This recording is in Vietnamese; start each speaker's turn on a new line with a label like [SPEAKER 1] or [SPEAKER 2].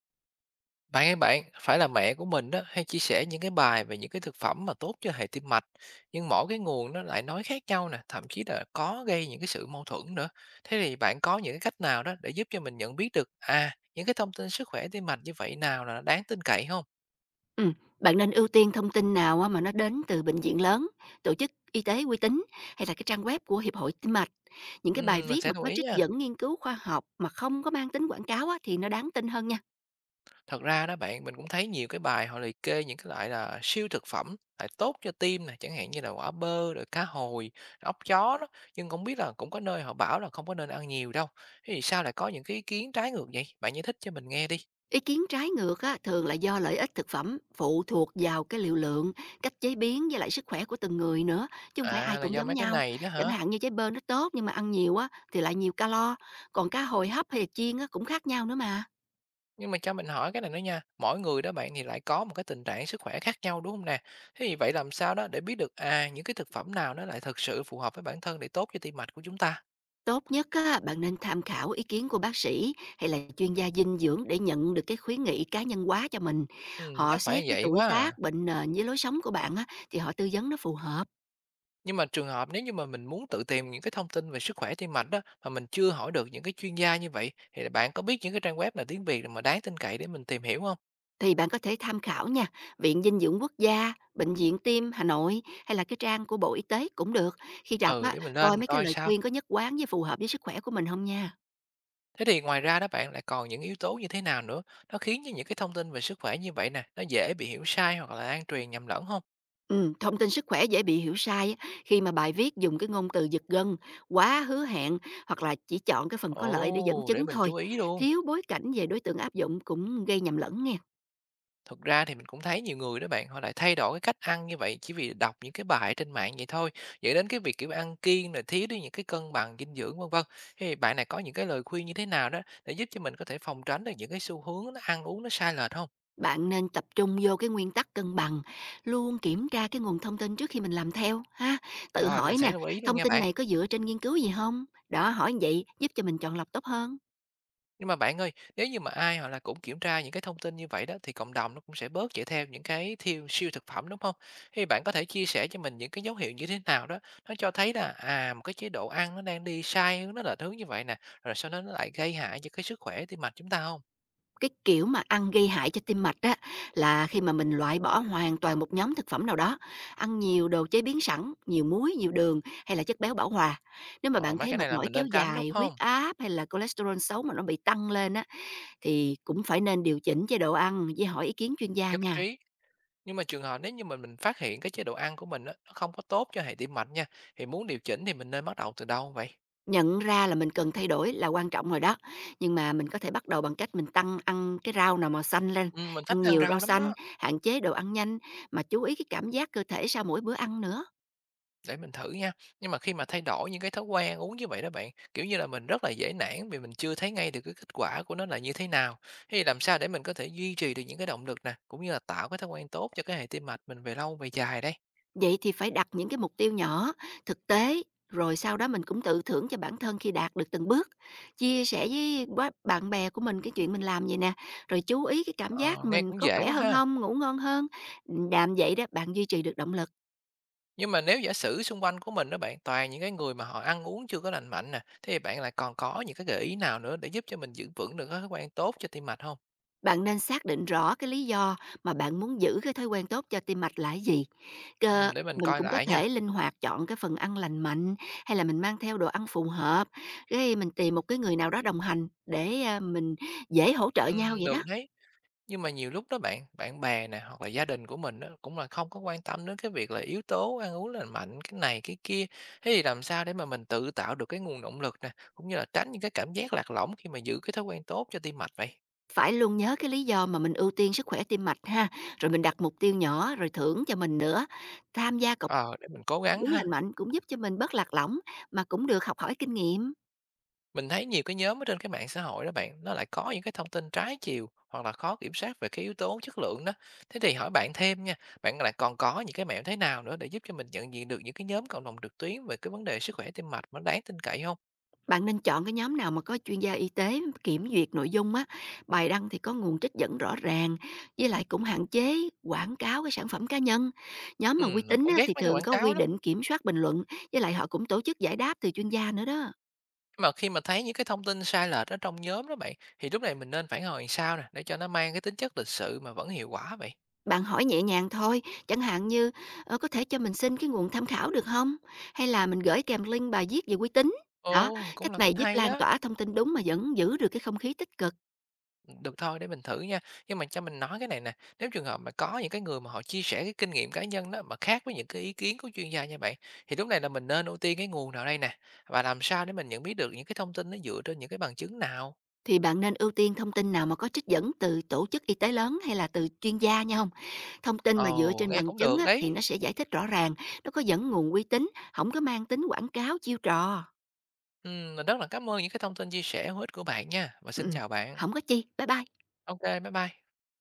[SPEAKER 1] Bạn ơi bạn, phải là mẹ của mình đó hay chia sẻ những cái bài về những cái thực phẩm mà tốt cho hệ tim mạch, nhưng mỗi cái nguồn nó lại nói khác nhau nè, thậm chí là có gây những cái sự mâu thuẫn nữa. Thế thì bạn có những cái cách nào đó để giúp cho mình nhận biết được à những cái thông tin sức khỏe tim mạch như vậy nào là nó đáng tin cậy không?
[SPEAKER 2] Ừm, bạn nên ưu tiên thông tin nào á mà nó đến từ bệnh viện lớn, tổ chức y tế uy tín hay là cái trang web của Hiệp hội Tim mạch. Những
[SPEAKER 1] Ừ,
[SPEAKER 2] cái bài
[SPEAKER 1] mình
[SPEAKER 2] viết mà
[SPEAKER 1] sẽ lưu
[SPEAKER 2] có
[SPEAKER 1] ý
[SPEAKER 2] trích
[SPEAKER 1] nha.
[SPEAKER 2] dẫn nghiên cứu khoa học mà không có mang tính quảng cáo á, thì nó đáng tin hơn nha.
[SPEAKER 1] Thật ra đó bạn, mình cũng thấy nhiều cái bài họ liệt kê những cái loại là siêu thực phẩm, lại tốt cho tim này chẳng hạn như là quả bơ, rồi cá hồi, rồi ốc chó đó, nhưng không biết là cũng có nơi họ bảo là không có nên ăn nhiều đâu. Thế thì sao lại có những cái ý kiến trái ngược vậy? Bạn giải thích cho mình nghe đi.
[SPEAKER 2] Ý kiến trái ngược á, thường là do lợi ích thực phẩm phụ thuộc vào cái liều lượng, cách chế biến với lại sức khỏe của từng người nữa, chứ không phải ai
[SPEAKER 1] À là
[SPEAKER 2] cũng
[SPEAKER 1] do
[SPEAKER 2] giống
[SPEAKER 1] mấy cái
[SPEAKER 2] nhau.
[SPEAKER 1] này đó
[SPEAKER 2] Chẳng
[SPEAKER 1] hả?
[SPEAKER 2] hạn như trái bơ nó tốt nhưng mà ăn nhiều á thì lại nhiều calo, còn cá hồi hấp hay là chiên á cũng khác nhau nữa mà.
[SPEAKER 1] Nhưng mà cho mình hỏi cái này nữa nha. Mỗi người đó bạn thì lại có một cái tình trạng sức khỏe khác nhau đúng không nè? Thế thì vậy làm sao đó để biết được à những cái thực phẩm nào nó lại thực sự phù hợp với bản thân để tốt cho tim mạch của chúng ta?
[SPEAKER 2] Tốt nhất á, bạn nên tham khảo ý kiến của bác sĩ hay là chuyên gia dinh dưỡng để nhận được cái khuyến nghị cá nhân hóa cho mình.
[SPEAKER 1] Ừ,
[SPEAKER 2] Họ
[SPEAKER 1] chắc phải
[SPEAKER 2] xét cái
[SPEAKER 1] vậy
[SPEAKER 2] tuổi
[SPEAKER 1] quá à.
[SPEAKER 2] tác, bệnh nền với lối sống của bạn á, thì họ tư vấn nó phù hợp.
[SPEAKER 1] Nhưng mà trường hợp nếu như mà mình muốn tự tìm những cái thông tin về sức khỏe tim mạch đó, mà mình chưa hỏi được những cái chuyên gia như vậy, thì bạn có biết những cái trang web là tiếng Việt mà đáng tin cậy để mình tìm hiểu không?
[SPEAKER 2] Thì bạn có thể tham khảo nha, Viện Dinh dưỡng Quốc gia, Bệnh viện Tim Hà Nội hay là cái trang của Bộ Y tế cũng được. Khi đọc
[SPEAKER 1] Ừ,
[SPEAKER 2] á,
[SPEAKER 1] để mình lên
[SPEAKER 2] coi
[SPEAKER 1] mình
[SPEAKER 2] mấy cái
[SPEAKER 1] coi
[SPEAKER 2] lời
[SPEAKER 1] sao.
[SPEAKER 2] khuyên có nhất quán với phù hợp với sức khỏe của mình không nha.
[SPEAKER 1] Thế thì ngoài ra đó bạn lại còn những yếu tố như thế nào nữa, nó khiến cho những cái thông tin về sức khỏe như vậy nè, nó dễ bị hiểu sai hoặc là lan truyền nhầm lẫn không?
[SPEAKER 2] Thông tin sức khỏe dễ bị hiểu sai á, khi mà bài viết dùng cái ngôn từ giật gân, quá hứa hẹn hoặc là chỉ chọn cái phần có lợi để dẫn
[SPEAKER 1] Ồ, để
[SPEAKER 2] chứng
[SPEAKER 1] mình
[SPEAKER 2] thôi.
[SPEAKER 1] chú ý luôn.
[SPEAKER 2] Thiếu bối cảnh về đối tượng áp dụng cũng gây nhầm lẫn nghe.
[SPEAKER 1] Thực ra thì mình cũng thấy nhiều người đó bạn, họ lại thay đổi cái cách ăn như vậy chỉ vì đọc những cái bài trên mạng vậy thôi, dẫn đến cái việc, kiểu, ăn kiêng rồi thiếu đi những cái cân bằng dinh dưỡng, vân vân. Thì bạn này có những cái lời khuyên như thế nào đó để giúp cho mình có thể phòng tránh được những cái xu hướng nó ăn uống nó sai lệch không?
[SPEAKER 2] Bạn nên tập trung vô cái nguyên tắc cân bằng, luôn kiểm tra cái nguồn thông tin trước khi mình làm theo ha. Tự
[SPEAKER 1] Rồi, mình
[SPEAKER 2] hỏi
[SPEAKER 1] sẽ
[SPEAKER 2] nè,
[SPEAKER 1] lưu ý luôn
[SPEAKER 2] thông
[SPEAKER 1] nha
[SPEAKER 2] tin
[SPEAKER 1] bạn.
[SPEAKER 2] này có dựa trên nghiên cứu gì không? Đó, hỏi như vậy giúp cho mình chọn lọc tốt hơn.
[SPEAKER 1] Nhưng mà bạn ơi, nếu như mà ai hoặc là cũng kiểm tra những cái thông tin như vậy đó thì cộng đồng nó cũng sẽ bớt chạy theo những cái thiêu siêu thực phẩm đúng không? Thì bạn có thể chia sẻ cho mình những cái dấu hiệu như thế nào đó nó cho thấy là à một cái chế độ ăn nó đang đi sai hướng nó là hướng như vậy nè, rồi sau đó nó lại gây hại cho cái sức khỏe tim mạch chúng ta không?
[SPEAKER 2] Cái kiểu mà ăn gây hại cho tim mạch á, là khi mà mình loại bỏ hoàn toàn một nhóm thực phẩm nào đó, ăn nhiều đồ chế biến sẵn, nhiều muối, nhiều đường hay là chất béo bão hòa. Nếu mà
[SPEAKER 1] Ờ,
[SPEAKER 2] bạn
[SPEAKER 1] mấy
[SPEAKER 2] thấy
[SPEAKER 1] cái này
[SPEAKER 2] mệt
[SPEAKER 1] là
[SPEAKER 2] mỏi
[SPEAKER 1] mình
[SPEAKER 2] kéo
[SPEAKER 1] nên tránh đúng
[SPEAKER 2] dài, huyết
[SPEAKER 1] không?
[SPEAKER 2] áp hay là cholesterol xấu mà nó bị tăng lên á, thì cũng phải nên điều chỉnh chế độ ăn với hỏi ý kiến chuyên gia
[SPEAKER 1] Nhất
[SPEAKER 2] nha.
[SPEAKER 1] trí. Nhưng mà trường hợp nếu như mình phát hiện cái chế độ ăn của mình á, nó không có tốt cho hệ tim mạch nha, thì muốn điều chỉnh thì mình nên bắt đầu từ đâu vậy?
[SPEAKER 2] Nhận ra là mình cần thay đổi là quan trọng rồi đó, nhưng mà mình có thể bắt đầu bằng cách mình tăng ăn cái rau nào màu xanh lên,
[SPEAKER 1] Ừ, mình thích
[SPEAKER 2] ăn
[SPEAKER 1] ăn
[SPEAKER 2] nhiều rau
[SPEAKER 1] rau lắm
[SPEAKER 2] xanh,
[SPEAKER 1] đó.
[SPEAKER 2] hạn chế đồ ăn nhanh, mà chú ý cái cảm giác cơ thể sau mỗi bữa ăn nữa.
[SPEAKER 1] Để mình thử nha. Nhưng mà khi mà thay đổi những cái thói quen uống như vậy đó bạn, kiểu như là mình rất là dễ nản vì mình chưa thấy ngay được cái kết quả của nó là như thế nào. Thế thì làm sao để mình có thể duy trì được những cái động lực nè, cũng như là tạo cái thói quen tốt cho cái hệ tim mạch mình về lâu về dài đây.
[SPEAKER 2] Vậy thì phải đặt những cái mục tiêu nhỏ, thực tế, rồi sau đó mình cũng tự thưởng cho bản thân khi đạt được từng bước. Chia sẻ với bạn bè của mình cái chuyện mình làm vậy nè, rồi chú ý cái cảm giác
[SPEAKER 1] Ờ, nghe
[SPEAKER 2] mình
[SPEAKER 1] cũng
[SPEAKER 2] có
[SPEAKER 1] dễ
[SPEAKER 2] khỏe
[SPEAKER 1] quá
[SPEAKER 2] hơn
[SPEAKER 1] ha.
[SPEAKER 2] không, ngủ ngon hơn. Làm vậy đó bạn duy trì được động lực.
[SPEAKER 1] Nhưng mà nếu giả sử xung quanh của mình đó bạn toàn những cái người mà họ ăn uống chưa có lành mạnh nè, thế thì bạn lại còn có những cái gợi ý nào nữa để giúp cho mình giữ vững được cái thói quen tốt cho tim mạch không?
[SPEAKER 2] Bạn nên xác định rõ cái lý do mà bạn muốn giữ cái thói quen tốt cho tim mạch là cái gì. Cơ
[SPEAKER 1] Ừ, để mình
[SPEAKER 2] mình
[SPEAKER 1] coi
[SPEAKER 2] cũng có
[SPEAKER 1] lại nha.
[SPEAKER 2] thể linh hoạt chọn cái phần ăn lành mạnh hay là mình mang theo đồ ăn phù hợp, cái mình tìm một cái người nào đó đồng hành để mình dễ hỗ trợ
[SPEAKER 1] Ừ,
[SPEAKER 2] nhau vậy
[SPEAKER 1] được
[SPEAKER 2] đó.
[SPEAKER 1] đấy. Nhưng mà nhiều lúc đó bạn, bạn bè nè, hoặc là gia đình của mình đó cũng là không có quan tâm đến cái việc là yếu tố ăn uống lành mạnh, cái này cái kia. Thế thì làm sao để mà mình tự tạo được cái nguồn động lực nè, cũng như là tránh những cái cảm giác lạc lõng khi mà giữ cái thói quen tốt cho tim mạch vậy?
[SPEAKER 2] Phải luôn nhớ cái lý do mà mình ưu tiên sức khỏe tim mạch ha, rồi mình đặt mục tiêu nhỏ, rồi thưởng cho mình nữa. Tham gia cộng
[SPEAKER 1] Ờ, để mình cố gắng
[SPEAKER 2] uống
[SPEAKER 1] ha.
[SPEAKER 2] lành mạnh cũng giúp cho mình bớt lạc lõng, mà cũng được học hỏi kinh nghiệm.
[SPEAKER 1] Mình thấy nhiều cái nhóm ở trên cái mạng xã hội đó bạn, nó lại có những cái thông tin trái chiều hoặc là khó kiểm soát về cái yếu tố chất lượng đó. Thế thì hỏi bạn thêm nha, bạn lại còn có những cái mẹo thế nào nữa để giúp cho mình nhận diện được những cái nhóm cộng đồng trực tuyến về cái vấn đề sức khỏe tim mạch mà đáng tin cậy không?
[SPEAKER 2] Bạn nên chọn cái nhóm nào mà có chuyên gia y tế kiểm duyệt nội dung á, bài đăng thì có nguồn trích dẫn rõ ràng, với lại cũng hạn chế quảng cáo cái sản phẩm cá nhân. Nhóm mà uy
[SPEAKER 1] Mình
[SPEAKER 2] tín
[SPEAKER 1] cũng
[SPEAKER 2] á,
[SPEAKER 1] ghét
[SPEAKER 2] thì
[SPEAKER 1] mấy cái
[SPEAKER 2] thường
[SPEAKER 1] quảng
[SPEAKER 2] có quy
[SPEAKER 1] cáo lắm.
[SPEAKER 2] định kiểm soát bình luận, với lại họ cũng tổ chức giải đáp từ chuyên gia nữa đó.
[SPEAKER 1] Mà khi mà thấy những cái thông tin sai lệch ở trong nhóm đó bạn, thì lúc này mình nên phản hồi sao nè, để cho nó mang cái tính chất lịch sự mà vẫn hiệu quả vậy?
[SPEAKER 2] Bạn hỏi nhẹ nhàng thôi, chẳng hạn như, "Có thể cho mình xin cái nguồn tham khảo được không?" Hay là mình gửi kèm link bài viết về uy tín. Đó,
[SPEAKER 1] Ồ, cũng
[SPEAKER 2] cách
[SPEAKER 1] là
[SPEAKER 2] này
[SPEAKER 1] cách
[SPEAKER 2] giúp
[SPEAKER 1] hay
[SPEAKER 2] lan
[SPEAKER 1] đó.
[SPEAKER 2] tỏa thông tin đúng mà vẫn giữ được cái không khí tích cực.
[SPEAKER 1] Được thôi, để mình thử nha. Nhưng mà cho mình nói cái này nè, nếu trường hợp mà có những cái người mà họ chia sẻ cái kinh nghiệm cá nhân đó mà khác với những cái ý kiến của chuyên gia nha bạn, thì lúc này là mình nên ưu tiên cái nguồn nào đây nè? Và làm sao để mình nhận biết được những cái thông tin nó dựa trên những cái bằng chứng nào?
[SPEAKER 2] Thì bạn nên ưu tiên thông tin nào mà có trích dẫn từ tổ chức y tế lớn hay là từ chuyên gia nha không? Thông tin mà dựa
[SPEAKER 1] Ồ,
[SPEAKER 2] trên
[SPEAKER 1] nghe
[SPEAKER 2] bằng
[SPEAKER 1] cũng
[SPEAKER 2] chứng
[SPEAKER 1] được
[SPEAKER 2] á, thì
[SPEAKER 1] đấy.
[SPEAKER 2] nó sẽ giải thích rõ ràng, nó có dẫn nguồn uy tín, không có mang tính quảng cáo, chiêu trò.
[SPEAKER 1] Mình rất là cảm ơn những cái thông tin chia sẻ hữu ích của bạn nha. Và xin
[SPEAKER 2] Ừm,
[SPEAKER 1] chào bạn.
[SPEAKER 2] hổng có chi. Bye bye.
[SPEAKER 1] OK, bye bye.